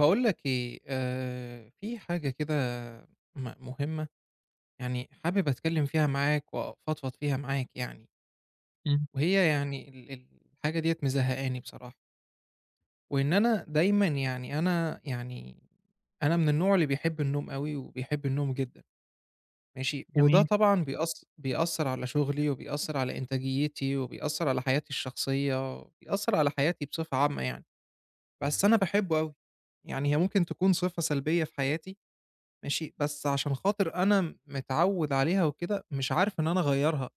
باقول لك إيه، في حاجة كده مهمة، يعني حابب أتكلّم فيها معاك وأفضفض فيها معاك يعني. إمم، وهي يعني ال ال الحاجة ديّة مزهقاني بصراحة. وإن أنا دايمًا يعني أنا من النوع اللي بيحب النوم أوي وبيحب النوم جدًا. ماشي، وده جميل، طبعًا بيأثّر على شغلي وبيأثّر على إنتاجيتي وبيأثّر على حياتي الشخصية، بيأثّر على حياتي بصفة عامة يعني. بس أنا باحبه أوي. يعني هي ممكن تكون صفة سلبية في حياتي. ماشي، بس عشان خاطر أنا متعوّد عليها وكده، مش عارف إن أنا أغيّرها.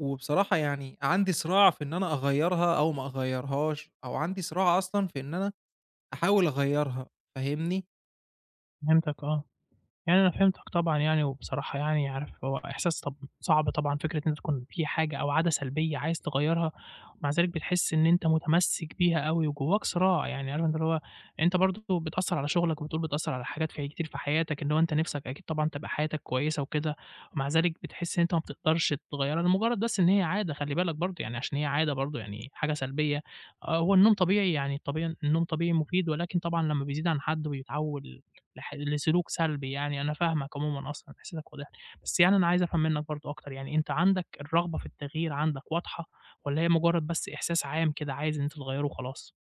وبصراحة يعني عندي صراع في إن أنا أغيّرها أو ما أغيّرهاش، أو عندي صراع أصلًا في إن أنا أحاول أغيّرها. فاهمني؟ فهمتك آه. يعني أنا فهمتك طبعًا يعني، وبصراحة يعني عارف هو إحساس طب صعب طبعًا فكرة إن أنت تكون في حاجة أو عادة سلبية عايز تغيّرها، ومع ذلك بتحس إن أنت متمسك بيها أوي وجواك صراع، يعني عارف أنت اللي هو أنت برضه بتأثّر على شغلك وبتقول بتأثّر على حاجات في كتير في حياتك، اللي هو أنت نِفْسك أكيد طبعًا تبقى حياتك كويسة وكده، ومع ذلك بتحس إن أنت ما بتقدرش تغيّرها لمجرد بس إن هي عادة خلّي بالك برضه، يعني عشان هي عادة برضه يعني حاجة سلبية. آه، هو النوم طبيعي يعني طبيعي النوم طبيعي مفيد، ولكن طبعًا لمّا بيزيد عن حد وبيتحوّل لسلوك سلبي يعني، أنا فاهمك عمومًا أصلًا، إحساسك واضح لي، بس يعني أنا عايز أفهم منّك برضه أكتر، يعني أنت عندك الرغبة في التغيير عندك واضحة والّا هي مجرّد بس إحساس عام كده عايز إن أنت تغيّره وخلاص؟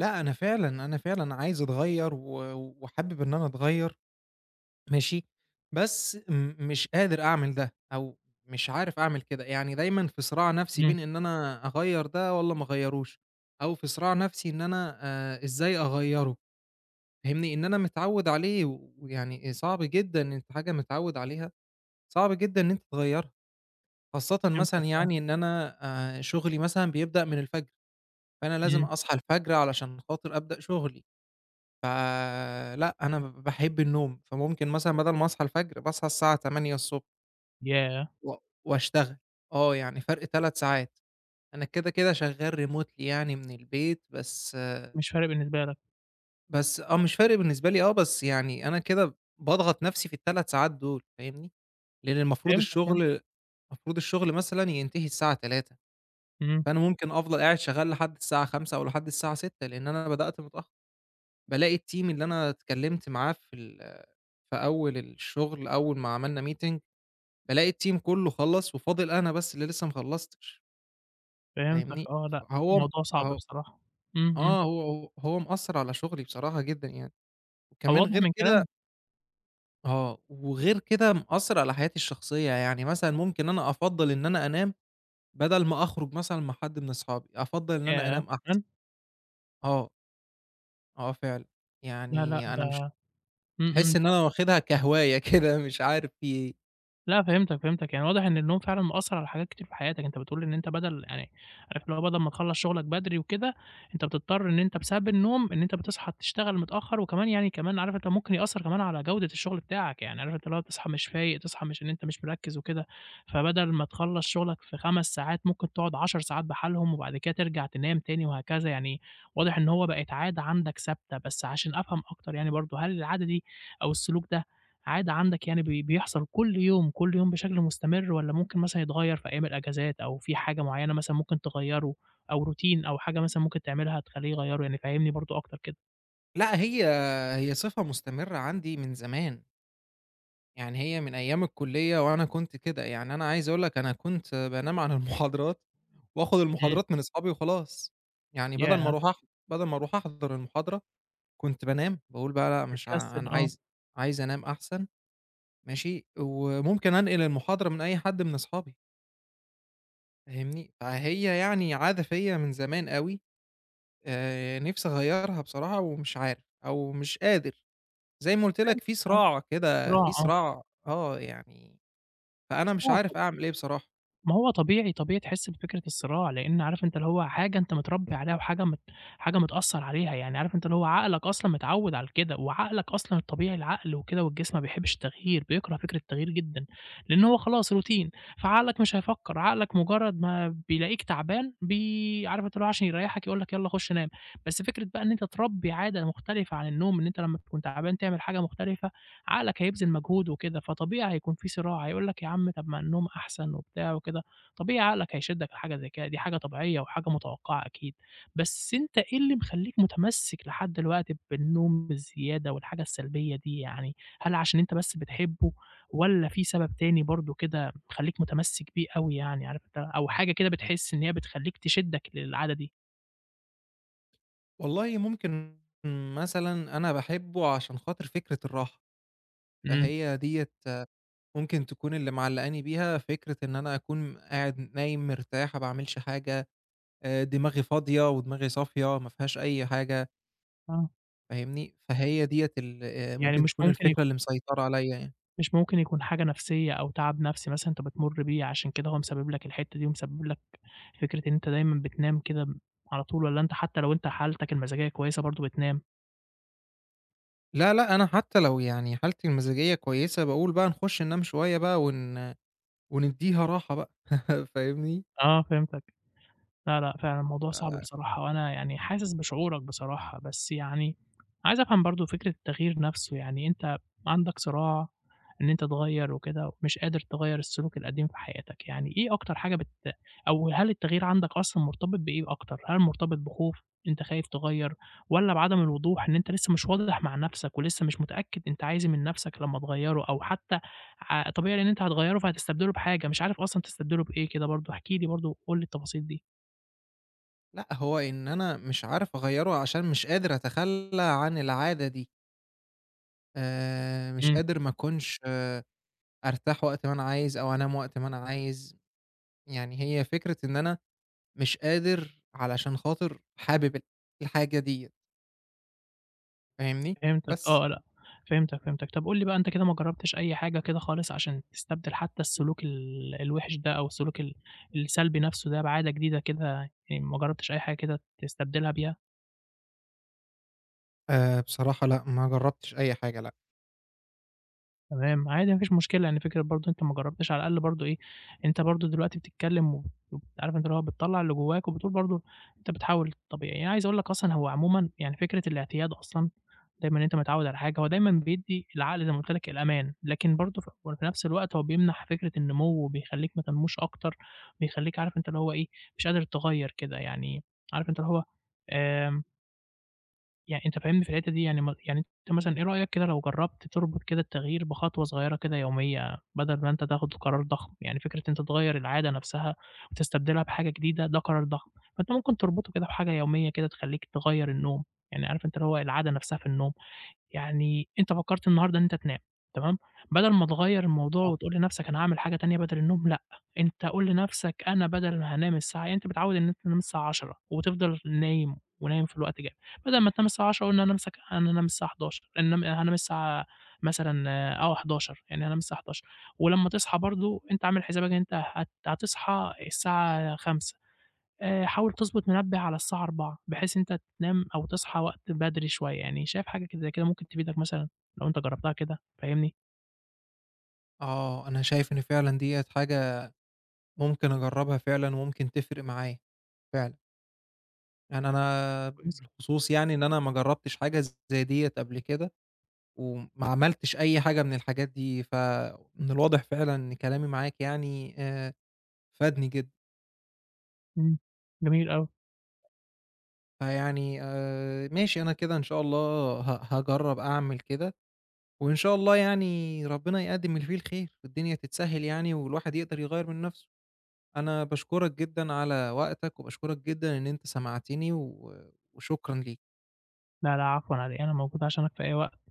لأ، أنا فعلًا عايز أتغيّر و وحابب إن أنا أتغيّر. ماشي، بس مش قادر أعمل ده، أو مش عارف أعمل كده. يعني دايمًا في صراع نَفْسي إمم، بين إن أنا أغيّر ده والّا ما أغيّروش، أو في صراع نَفْسي إن أنا إزاي أغيّره. فاهمني، إن أنا متعوّد عليه، ويعني صعب جدًا إن أنت حاجة متعوّد عليها، صعب جدًا إن أنت تغيّرها، خاصةً مثلًا فهمتك آه، يعني إن أنا شُغلي مثلًا بيبدأ من الفجر. فأنا لازم إمم، أصحى الفجر علشان خاطر أبدأ شُغلي. فلأ، أنا باحب النوم، فممكن مثلًا بدل ما أصحى الفجر باصحى الساعة 08:00 ياه! و وأشتغل. آه، يعني فرْق 3 ساعات. أنا كده، كده شغّال remotely يعني من البيت بس. مش فارق بالنسبة لك، بس آه، مش فارق بالنسبة لي آه، بس يعني أنا كده باضغط نفسي في ال3 ساعات دول، فاهمني؟ لإن فهمتك، فهمت، المفروض الشغل مثلًا ينتهي الساعة 15:00. إمم، فأنا ممكن أفضل قاعد شغال لحد الساعة 17:00 أو لحد الساعة 18:00 لإن أنا بدأت متأخر. بالاقي الteam اللي أنا اتكلمت معاه في في أول الشغل، أول ما عملنا meeting، بالاقي الteam كله خلّص وفاضل أنا بس اللي لسه ما خلّصتش، فهمتك فاهمني؟ آه، لأ، فهو م الموضوع صعب هو بصراحة، إمم، إمم، آه، هو هو هو مأثّر على شغلي بصراحة جدًا يعني. هو وكمان واضح غير من كده كلامك، آه، وغير كده مأثّر على حياتي الشخصية. يعني مثلًا ممكن أنا أفضّل إن أنا أنام بدل ما أخرج مثلًا مع حد من أصحابي، أفضّل إن أنا ياه! أنام أحسن. كمان! آه، آه فعلًا. لا، لأ، يعني أنا مش ده إمم، إمم. تحس إن أنا واخدها كهواية كده، مش عارف في إيه. لأ فهمتك، فهمتك، يعني واضح إن النوم فعلًا مأثّر على حاجات كتير في حياتك، أنت بتقول إن أنت بدل يعني عارف اللي هو بدل ما تخلّص شغلك بدري وكده، أنت بتضطر إن أنت بسبب النوم إن أنت بتصحى تشتغل متأخّر، وكمان يعني كمان عارف أنت ممكن يأثّر كمان على جودة الشغل بتاعك، يعني عارف أنت اللي هو تصحى مش فايق، تصحى مش إن أنت مش مركّز وكده، فبدل ما تخلّص شغلك في 5 ساعات ممكن تقعد 10 ساعات بحالهم، وبعد كده ترجع تنام تاني وهكذا، يعني واضح إن هو بقت عادة عندك ثابتة، بس عشان أفهم أكتر يعني برضه هل العادة دي أو السلوك ده عادة عندك يعني بيحصل كل يوم، كل يوم بشكل مستمر والّا ممكن مثلًا يتغيّر في أيام الأجازات أو في حاجة معيّنة مثلًا ممكن تغيّره أو روتين أو حاجة مثلًا ممكن تعملها تخلّيه يغيّره؟ يعني فهّمني برضه أكتر كده. لأ، هي صفة مستمرة عندي من زمان. يعني هي من أيام الكلية وأنا كنت كده. يعني أنا عايز أقول لك أنا كنت بانام عن المحاضرات وآخد إمم، المحاضرات من أصحابي وخلاص. يعني ياه! بدل ما أروح أحضر المحاضرة كنت بانام. باقول بقى لأ، مش ع بتكسّل أنا آه، عايز أنام أحسن. ماشي، وممكن أنقل المحاضرة من أي حد من أصحابي، فاهمني؟ فهي يعني عادة فيّا من زمان أوي. نِفْسي أغيّرها بصراحة ومش عارف أو مش قادر. زي ما قُلت لك فهمتك في آه، صراع كده، صراع في آه، صراع آه، يعني فأنا مش صراع عارف طبيعي. أعمل إيه بصراحة. ما هو طبيعي، طبيعي تحس بفكرة الصراع، لإن عارف أنت اللي هو حاجة أنت متربّي عليها وحاجة حاجة متأثّر عليها، يعني عارف أنت اللي هو عقلك أصلًا متعوّد على كده، وعقلك أصلًا الطبيعي العقل وكده والجسم ما بيحبّش التغيير، بيكره فكرة التغيير جدًا، لإن هو خلاص روتين، فعقلك مش هيفكّر، عقلك مجرّد ما بيلاقيك تعبان عارف أنت اللي هو عشان يريّحك يقول لك يالّا خُش نام، بس فكرة بقى إن أنت تربّي عادة مختلفة عن النوم، إن أنت لمّا تكون تعبان تعمل حاجة مختلفة، عقلك هيبذل مجهود وكده، فطبيعي هيكون في صراع، هيقول لك يا عم طب ما النوم أحسن وبتاع وكده، طبيعي عقلك هيشدّك لحاجة زي كده، دي حاجة طبيعية وحاجة متوقعة أكيد، بس أنت إيه اللي مخلّيك متمسّك لحد دلوقتي بالنوم الزيادة والحاجة السلبية دي يعني؟ هل عشان أنت بس بتحبه والّا في سبب تاني برضه كده مخلّيك متمسّك بيه أوي يعني عارف أنت أو حاجة كده بتحس إن هي بتخلّيك تشدّك للعادة دي؟ والله ممكن مثلًا أنا باحبه عشان خاطر فكرة الراحة. إمم، فهي ديّة ممكن تكون اللي معلّقاني بيها فكرة إن أنا أكون قاعد نايم مرتاح، ما باعملش حاجة. دماغي فاضية ودماغي صافية، ما فيهاش أي حاجة، آه، فاهمني؟ فهي ديّة ال يعني ممكن مش تكون ممكن الفكرة اللي مسيطرة عليَّ يعني. مش ممكن يكون حاجة نفسية أو تعب نفسي مثلًا أنت بتمُر بيه، عشان كده هو مسبب لك الحتّة دي ومسبب لك فكرة إن أنت دايمًا بتنام كده على طول والّا أنت حتى لو أنت حالتك المزاجية كويسة برضه بتنام؟ لا، لأ، أنا حتى لو يعني حالتي المزاجية كويسة، باقول بقى نخش ننام شوية بقى وندّيها راحة بقى. فاهمني؟ آه فهمتك. لا، لأ، فعلًا الموضوع صعب ف بصراحة، وأنا يعني حاسس بشعورك بصراحة، بس يعني عايز أفهم برضه فكرة التغيير نفسه، يعني أنت عندك صراع إن أنت تغيّر وكده ومش قادر تغيّر السلوك القديم في حياتك، يعني إيه أكتر حاجة أو هل التغيير عندك أصلًا مرتبط بإيه أكتر؟ هل مرتبط بخوف، أنت خايف تغيّر، والّا بعدم الوضوح إن أنت لسه مش واضح مع نفسك ولسه مش متأكد أنت عايز إيه من نفسك لمّا تغيّره، أو حتى طبيعي لإن أنت هتغيّره فهتستبدله بحاجة مش عارف أصلًا تستبدله بإيه كده برضه؟ احكِ لي برضه قُل لي التفاصيل دي. لأ، هو إن أنا مش عارف أغيّره عشان مش قادر أتخلّى عن العادة دي. مش إمم، قادر ما أكونش أرتاح وقت ما أنا عايز أو أنام وقت ما أنا عايز. يعني هي فكرة إن أنا مش قادر علشان خاطر حابب الحاجة ديّة، فاهمني؟ فهمتك بس. آه، لأ، فهمتك، فهمتك. طب قُل لي بقى أنت كده ما جرّبتش أي حاجة كده خالص عشان تستبدل حتى السلوك الوِحِش ده أو السلوك السلبي نَفْسه ده بعادة جديدة كده، يعني ما جرّبتش أي حاجة كده تستبدلها بيها؟ بصراحة لأ، ما جرّبتش أي حاجة لأ. تمام، عادي ما فيش مشكلة، يعني فكرة برضه أنت ما جرّبتش على الأقل برضه إيه، أنت برضه دلوقتي بتتكلّم عارف أنت اللي هو بتطلّع اللي جوّاك وبتقول برضه أنت بتحاول طبيعي، يعني عايز أقول لك أصلًا هو عمومًا يعني فكرة الاعتياد أصلًا دايمًا إن أنت متعوّد على حاجة، هو دايمًا بيدّي العقل زي ما قُلت لك الأمان، لكن برضه وفي نفس الوقت هو بيمنح فكرة النمو وبيخلّيك ما تنموش أكتر، بيخلّيك عارف أنت اللي هو إيه، مش قادر تغيّر كده يعني عارف أنت اللي هو آمم يعني أنت فاهمني في الحتّة دي، يعني يعني أنت مثلًا إيه رأيك كده لو جرّبت تربط كده التغيير بخطوة صغيّرة كده يومية، بدل ما أنت تاخد قرار ضخم، يعني فكرة أنت تغيّر العادة نفْسها وتستبدلها بحاجة جديدة ده قرار ضخم، فأنت ممكن تربطه كده بحاجة يومية كده تخلّيك تغيّر النوم، يعني عارف أنت اللي هو العادة نفْسها في النوم. يعني أنت فكّرت النهارده إن أنت تنام تمام، بدل ما تغيّر الموضوع آه، وتقول لنَفْسك أنا هاعمل حاجة تانية بدل النوم لأ، أنت قُل لنَفْسك أنا بدل ما هانام الساعة يعني أنت متعوّد إن أنت تنام الساعة 22:00 وتفضل نايم ونايم في الوقت جامد، بدل ما تنام الساعة 22:00 قُل أنا نَفْسك أنا هانام الساعة 23:00 أنام هانام الساعة مثلًا آه 23:00 يعني هانام الساعة 23:00 ولمّا تصحى برضه أنت عامل حسابك إن أنت هتصحى الساعة 05:00 حاول تضبط منبه على الساعة 16:00 بحيث إن أنت تنام أو تصحى وقت بدري شوية، يعني شايف حاجة كده زي كده ممكن تفيدك مثلًا لو أنت جرّبتها كده، فاهمني؟ آه، أنا شايف إن فعلًا ديّة حاجة ممكن أجرّبها فعلًا وممكن تفرق معايا فعلًا. يعني أنا كويسة. بالخصوص يعني إن أنا ما جرّبتش حاجة زي ديّة قبل كده، وما عملتش أي حاجة من الحاجات دي، فمن الواضح فعلًا إن كلامي معاك يعني فادني جدًا. إمم، جميل أوي. فيعني ماشي، أنا كده إن شاء الله هاجرّب أعمل كده. وإن شاء الله يعني ربنا يقدّم اللي فيه الخير والدنيا تتسهّل يعني، والواحد يقدر يغيّر من نَفْسه. أنا باشكرك جدًا على وقتك وباشكرك جدًا إن أنت سمعتني و وشكرًا ليك. لا، لا عفوًا على إيه، أنا موجود عشانك في أي وقت.